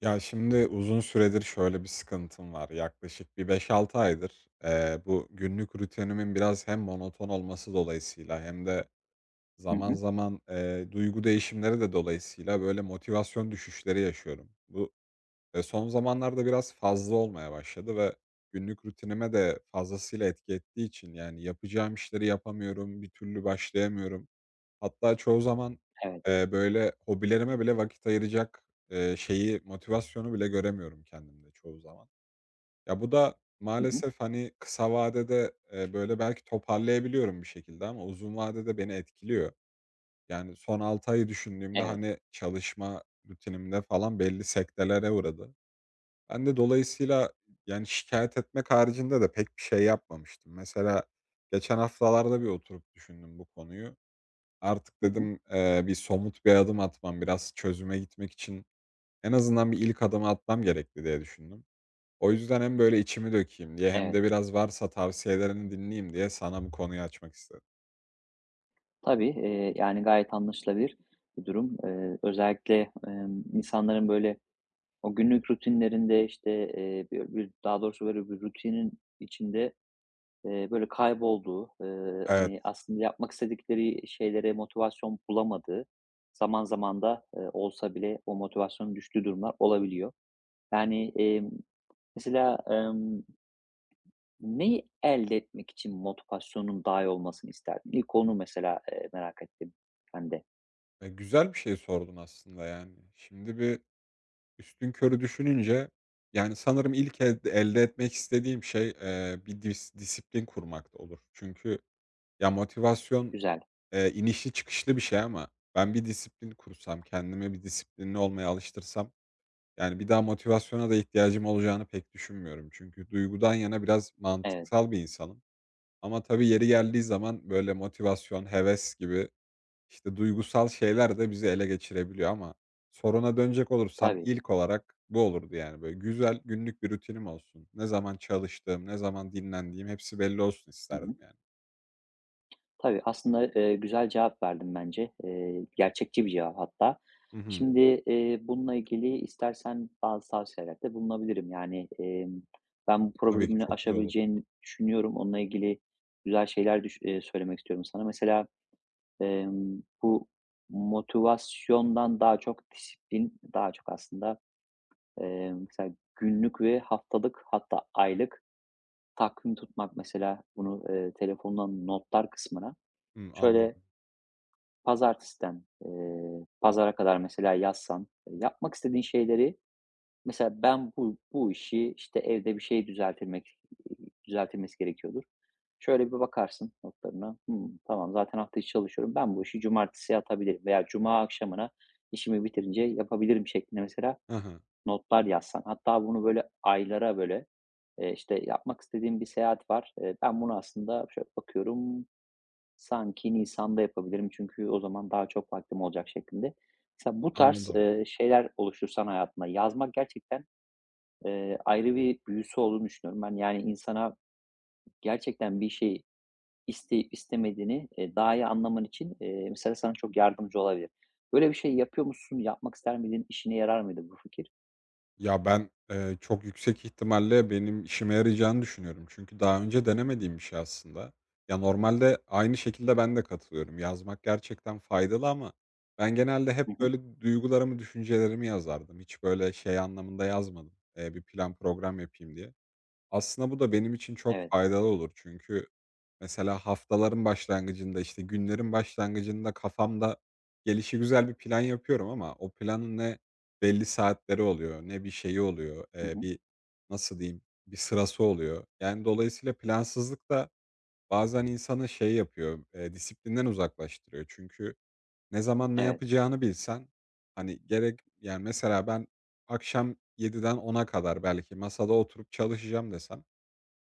Ya, şimdi uzun süredir şöyle bir sıkıntım var. Yaklaşık bir beş altı aydır, bu günlük rutinimin biraz hem monoton olması dolayısıyla hem de Hı zaman hı. zaman, duygu değişimleri de dolayısıyla böyle motivasyon düşüşleri yaşıyorum. Bu, son zamanlarda biraz fazla olmaya başladı ve günlük rutinime de fazlasıyla etki ettiği için, yani, yapacağım işleri yapamıyorum, bir türlü başlayamıyorum. Hatta çoğu zaman, Evet. Böyle, hobilerime bile vakit ayıracak, şeyi, motivasyonu bile göremiyorum kendimde çoğu zaman. Ya, bu da Hı hı. maalesef, hani, kısa vadede, böyle, belki toparlayabiliyorum bir şekilde ama uzun vadede beni etkiliyor. Yani son 6 ayı düşündüğümde, Evet. hani, çalışma rutinimde falan belli sektelere uğradı. Ben de dolayısıyla, yani, şikayet etmek haricinde de pek bir şey yapmamıştım. Mesela geçen haftalarda bir oturup düşündüm bu konuyu. Artık Hı hı. dedim, bir somut bir adım atmam, biraz çözüme gitmek için en azından bir ilk adımı atmam gerekti diye düşündüm. O yüzden hem böyle içimi dökeyim diye hem Evet. de biraz varsa tavsiyelerini dinleyeyim diye sana bu konuyu açmak istedim. Tabii, yani, gayet anlaşılabilir bir durum. Özellikle, insanların, böyle, o günlük rutinlerinde, işte, bir bir daha doğrusu, böyle, bir rutinin içinde, böyle, kaybolduğu, Evet, hani, aslında yapmak istedikleri şeylere motivasyon bulamadığı, zaman zaman da, olsa bile o motivasyonun düştüğü durumlar olabiliyor. Yani, mesela, emm neyi elde etmek için motivasyonun daha iyi olmasını isterdin? İlk onu mesela, merak ettim ben de. Güzel bir şey sordun aslında yani. Şimdi bir üstün körü düşününce, yani sanırım ilk elde etmek istediğim şey, bir disiplin kurmak da olur. Çünkü ya motivasyon Güzel. İnişli çıkışlı bir şey ama ben bir disiplin kursam, kendime bir disiplinli olmaya alıştırsam, yani, bir daha motivasyona da ihtiyacım olacağını pek düşünmüyorum. Çünkü duygudan yana biraz Evet, mantıksal bir insanım ama tabii yeri geldiği zaman, böyle, motivasyon, heves gibi, işte, duygusal şeyler de bizi ele geçirebiliyor ama soruna dönecek olursam tabii. ilk olarak bu olurdu, yani. Böyle, güzel günlük bir rutinim olsun. Ne zaman çalıştığım, ne zaman dinlendiğim hepsi belli olsun Hı isterdim, hı. yani. Tabii, aslında, güzel cevap verdim bence. Gerçekçi bir cevap hatta. Hı hı. Şimdi, bununla ilgili istersen bazı tavsiyelerde bulunabilirim. Yani, ben bu Tabii ki problemini çok güzel olur. aşabileceğini düşünüyorum. Onunla ilgili güzel şeyler düş söylemek istiyorum sana. Mesela, bu motivasyondan daha çok disiplin, daha çok aslında. Mesela günlük ve haftalık, hatta aylık takvim tutmak, mesela bunu, telefondan notlar kısmına Hımm, şöyle anladım. pazartesiden, pazara kadar mesela yazsan, yapmak istediğin şeyleri. Mesela ben bu işi, işte, evde bir şey düzeltilmesi gerekiyordur. Şöyle bir bakarsın notlarına, hımm, tamam, zaten hafta içi çalışıyorum. Ben bu işi cumartesiye atabilirim veya cuma akşamına işimi bitirince yapabilirim şeklinde, mesela Hı hı. notlar yazsan. Hatta bunu böyle aylara böyle. İşte, yapmak istediğim bir seyahat var. Ben bunu aslında şöyle bakıyorum, sanki nisanda yapabilirim çünkü o zaman daha çok vaktim olacak şeklinde. Mesela bu tarz, Anladım. Şeyler oluştursan hayatına, yazmak gerçekten, ayrı bir büyüsü olduğunu düşünüyorum ben. Yani, insana gerçekten bir şeyi isteyip istemediğini, daha iyi anlaman için, mesela sana çok yardımcı olabilir. Böyle bir şey yapıyor musun? Yapmak ister miydin? İşine yarar mıydı bu fikir? Ya, ben, çok yüksek ihtimalle benim işime yarayacağını düşünüyorum. Çünkü daha önce denemediğim bir şey aslında. Ya, normalde aynı şekilde ben de katılıyorum. Yazmak gerçekten faydalı ama ben genelde Hı hep hı. böyle duygularımı, düşüncelerimi yazardım. Hiç böyle şey anlamında yazmadım, bir plan program yapayım diye. Aslında bu da benim için çok Evet. faydalı olur. Çünkü mesela haftaların başlangıcında, işte, günlerin başlangıcında kafamda gelişigüzel bir plan yapıyorum ama o planın ne belli saatleri oluyor, ne bir şeyi oluyor, Hı hı. bir, nasıl diyeyim, bir sırası oluyor. Yani, dolayısıyla plansızlık da bazen insanı şey yapıyor, disiplinden uzaklaştırıyor. Çünkü ne zaman ne Evet. yapacağını bilsen, hani, gerek yani, mesela ben akşam yediden ona kadar belki masada oturup çalışacağım desem,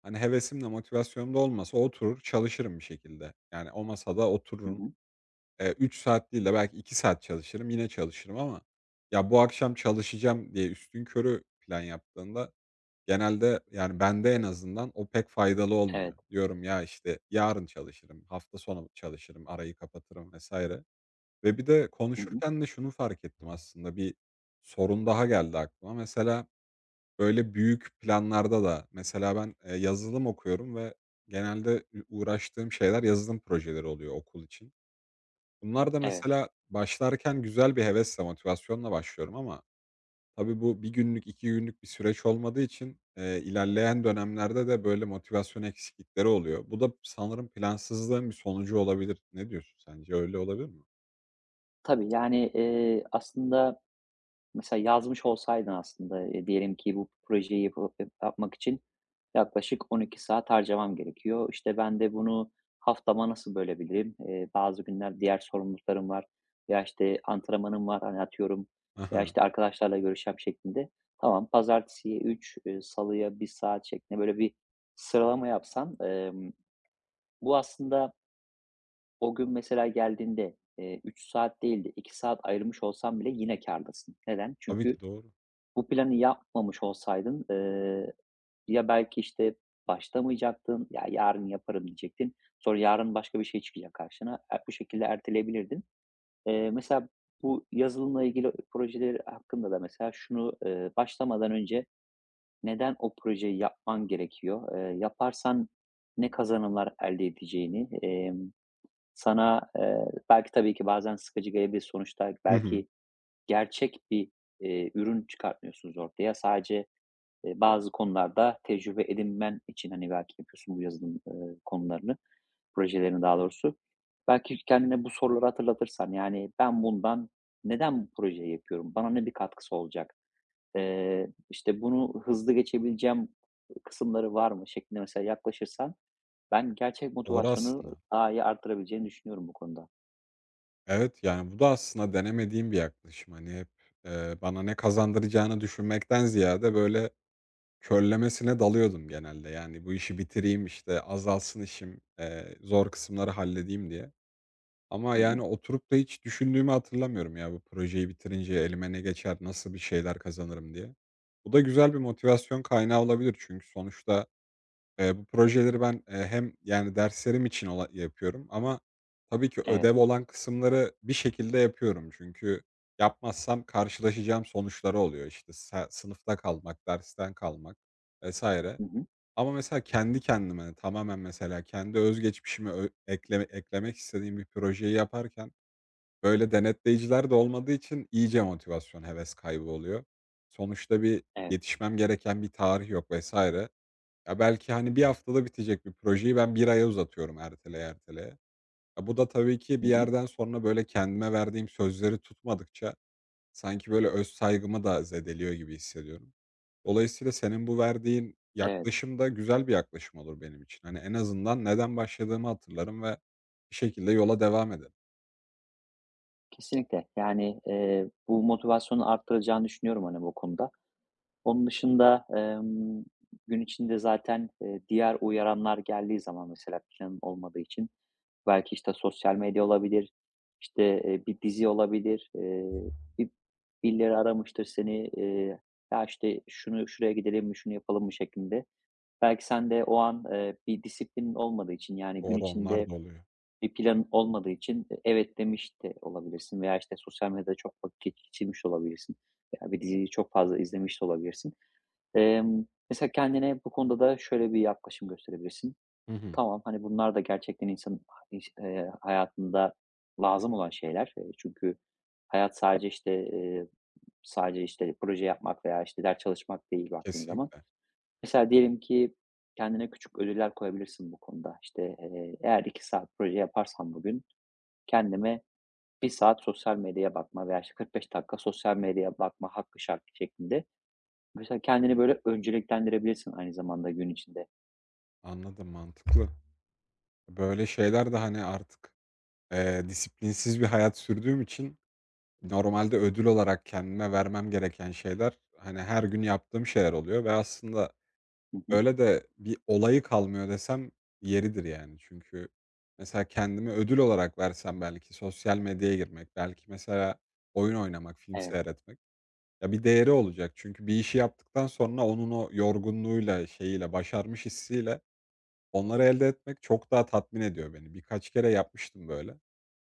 hani, hevesim de motivasyonum da olmasa oturur çalışırım bir şekilde. Yani, o masada Hı otururum. hı. 3 saat değil de belki 2 saat çalışırım, yine çalışırım ama ya, bu akşam çalışacağım diye üstün körü plan yaptığında genelde, yani, bende en azından o pek faydalı Evet. olmuyor. Diyorum, ya, işte, yarın çalışırım, hafta sonu çalışırım, arayı kapatırım vesaire ve bir de Hı hı. konuşurken de şunu fark ettim aslında, bir sorun daha geldi aklıma. Mesela böyle büyük planlarda da mesela ben, yazılım okuyorum ve genelde uğraştığım şeyler yazılım projeleri oluyor okul için. Bunlar da Evet. mesela başlarken güzel bir hevesle, motivasyonla başlıyorum ama tabii bu bir günlük, 2 günlük bir süreç olmadığı için, ilerleyen dönemlerde de böyle motivasyon eksiklikleri oluyor. Bu da sanırım plansızlığın bir sonucu olabilir. Ne diyorsun sence? Öyle olabilir mi? Tabii, yani, aslında mesela yazmış olsaydın aslında, diyelim ki bu projeyi yapmak için yaklaşık 12 saat harcamam gerekiyor. İşte, ben de bunu haftama nasıl bölebilirim? Bazı günler diğer sorumluluklarım var, ya işte, antrenmanım var, hani, atıyorum veya, Aha. işte, arkadaşlarla görüşeceğim şeklinde. Tamam, pazartesiye 3, salıya 1 saat şeklinde böyle bir sıralama yapsan, bu aslında o gün mesela geldiğinde, 3 saat değil de 2 saat ayırmış olsan bile yine kârdasın. Neden? Tabii Çünkü ki doğru. bu planı yapmamış olsaydın, ya belki, işte, başlamayacaktın, "Ya, yarın yaparım." diyecektin. Sonra yarın başka bir şey çıkacak karşına. E, bu şekilde erteleyebilirdin. Mesela bu yazılımla ilgili projeleri hakkında da mesela şunu, başlamadan önce neden o projeyi yapman gerekiyor? Yaparsan ne kazanımlar elde edeceğini, sana, belki tabii ki bazen sıkıcı gelebilir. Sonuçta Hı hı. belki gerçek bir, ürün çıkartmıyorsunuz ortaya. Sadece, bazı konularda tecrübe edinmen için, hani, belki yapıyorsun bu yazılım, konularını, projelerini daha doğrusu. Belki kendine bu soruları hatırlatırsan, yani, "Ben neden bu projeyi yapıyorum? Bana ne bir katkısı olacak? İşte, bunu hızlı geçebileceğim kısımları var mı?" şeklinde mesela yaklaşırsan ben gerçek Doğru motivasyonu aslında. daha iyi arttırabileceğini düşünüyorum bu konuda. Evet, yani, bu da aslında denemediğim bir yaklaşım. Hani, hep, bana ne kazandıracağını düşünmekten ziyade, böyle, körlemesine dalıyordum genelde. Yani, bu işi bitireyim, işte, azalsın işim, zor kısımları halledeyim diye. Ama, Hı hı. yani, oturup da hiç düşündüğümü hatırlamıyorum ya, bu projeyi bitirince elime ne geçer, nasıl bir şeyler kazanırım diye. Bu da güzel bir motivasyon kaynağı olabilir çünkü sonuçta bu projeleri ben, hem yani derslerim için yapıyorum ama tabii ki Evet. ödev olan kısımları bir şekilde yapıyorum. Çünkü yapmazsam karşılaşacağım sonuçları oluyor. İşte, sınıfta kalmak, dersten kalmak vesaire. Hı hı. Ama mesela kendi kendime hani, tamamen mesela kendi özgeçmişimi eklemek istediğim bir projeyi yaparken böyle denetleyiciler de olmadığı için iyice motivasyon, heves kaybı oluyor. Sonuçta bir Evet. yetişmem gereken bir tarih yok vesaire. Ya, belki, hani, bir haftada bitecek bir projeyi ben bir aya uzatıyorum erteleye, erteleye. Ya, bu da tabii ki Hı bir hı. yerden sonra, böyle, kendime verdiğim sözleri tutmadıkça sanki, böyle, öz saygımı da zedeliyor gibi hissediyorum. Dolayısıyla senin bu verdiğin Evet. yaklaşım da güzel bir yaklaşım olur benim için. Hani, en azından neden başladığımı hatırlarım ve bir şekilde yola devam ederim. Kesinlikle. Yani, bu motivasyonu arttıracağını düşünüyorum, hani, bu konuda. Onun dışında, gün içinde zaten, diğer uyaranlar geldiği zaman mesela planın olmadığı için belki, işte, sosyal medya olabilir, işte, bir dizi olabilir, bir birileri aramıştır seni, "Ya, işte, şunu şuraya gidelim mi, şunu yapalım mı?" şeklinde. Belki sen de o an, bir disiplinin olmadığı için, yani, gün Doğru, onlar içinde da oluyor. bir planın olmadığı için, e, evet demiş de olabilirsin veya, işte, sosyal medyada çok vakit geçirmiş de olabilirsin veya bir diziyi çok fazla izlemiş de olabilirsin. Mesela kendine bu konuda da şöyle bir yaklaşım gösterebilirsin. Hı hı. Tamam, hani, bunlar da gerçekten insanın ha iş hayatında lazım olan şeyler. Çünkü hayat sadece, işte, sadece, işte, proje yapmak veya, işte, ders çalışmak değil baktığın zaman. Kesinlikle. Mesela diyelim ki kendine küçük ödüller koyabilirsin bu konuda. İşte, eğer 2 saat proje yaparsam bugün, kendime bir saat sosyal medyaya bakma veya, işte, 45 dakika sosyal medyaya bakma hakkı şarkı şeklinde. Mesela kendini böyle önceliklendirebilirsin aynı zamanda gün içinde. Anladım, mantıklı. Böyle şeyler de, hani, artık, disiplinsiz bir hayat sürdüğüm için normalde ödül olarak kendime vermem gereken şeyler, hani, her gün yaptığım şeyler oluyor ve aslında Hı hı. öyle de bir olayı kalmıyor desem yeridir, yani. Çünkü mesela kendime ödül olarak versem belki sosyal medyaya girmek, belki mesela oyun oynamak, film Evet. seyretmek. Ya, bir değeri olacak çünkü bir işi yaptıktan sonra onun o yorgunluğuyla, şeyiyle, başarmış hissiyle onları elde etmek çok daha tatmin ediyor beni. Birkaç kere yapmıştım böyle.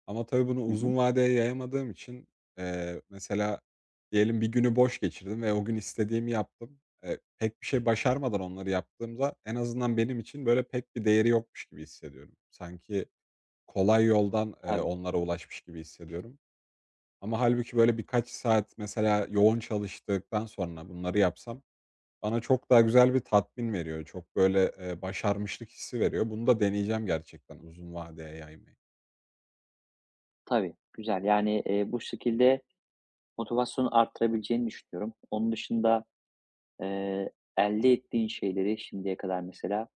Ama tabii bunu Hı hı. uzun vadeye yayamadığım için, mesela diyelim bir günü boş geçirdim ve o gün istediğimi yaptım. Pek bir şey başarmadan onları yaptığımda en azından benim için böyle pek bir değeri yokmuş gibi hissediyorum. Sanki kolay yoldan, Tabii, onlara ulaşmış gibi hissediyorum. Ama halbuki böyle birkaç saat mesela yoğun çalıştıktan sonra bunları yapsam bana çok daha güzel bir tatmin veriyor. Çok böyle, başarmışlık hissi veriyor. Bunu da deneyeceğim gerçekten uzun vadeye yaymayı. tabii. Güzel. Yani, bu şekilde motivasyonu arttırabileceğini düşünüyorum. Onun dışında, eee, elde ettiğin şeyleri şimdiye kadar mesela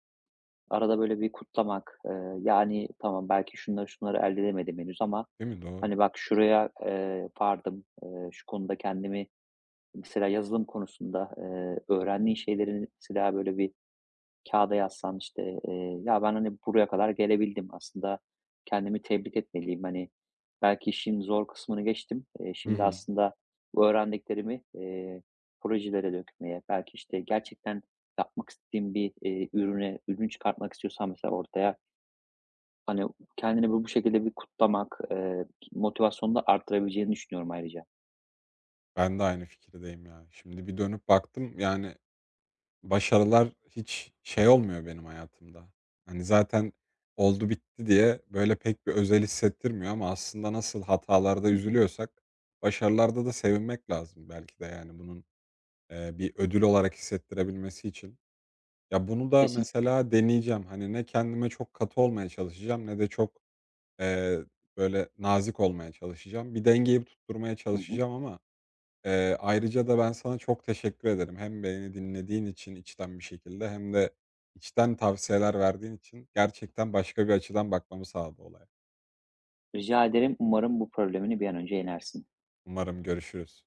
arada böyle bir kutlamak, yani, tamam belki şunları şunları elde edemedim henüz ama, Değil mi? Doğru. hani, bak şuraya, vardım, şu konuda kendimi. Mesela yazılım konusunda, öğrendiğin şeylerin, mesela böyle bir kağıda yazsan, işte, "Ya, ben, hani, buraya kadar gelebildim. Aslında kendimi tebrik etmeliyim. Hani, belki işin zor kısmını geçtim. Hı Şimdi hı. aslında bu öğrendiklerimi, projelere dökmeye, belki, işte, gerçekten yapmak istediğim bir, ürünü çıkartmak istiyorsan mesela ortaya, hani, kendini bu şekilde bir kutlamak, motivasyonunu da arttırabileceğini düşünüyorum ayrıca. Ben de aynı fikirdeyim ya. Şimdi bir dönüp baktım, yani, başarılar hiç şey olmuyor benim hayatımda. Hani, zaten oldu bitti diye böyle pek bir özel hissettirmiyor ama aslında nasıl hatalarda Hı hı. üzülüyorsak başarılarda da sevinmek lazım belki de, yani, bunun, bir ödül olarak hissettirebilmesi için. Ya, bunu da Kesin. mesela deneyeceğim. Hani, ne kendime çok katı olmaya çalışacağım ne de çok, eee, böyle, nazik olmaya çalışacağım. Bir dengeyi tutturmaya Hı hı. çalışacağım ama, ayrıca da ben sana çok teşekkür ederim. Hem beni dinlediğin için içten bir şekilde hem de içten tavsiyeler verdiğin için gerçekten başka bir açıdan bakmamı sağladı olaya. Rica ederim. Umarım bu problemini bir an önce yenersin. Umarım görüşürüz.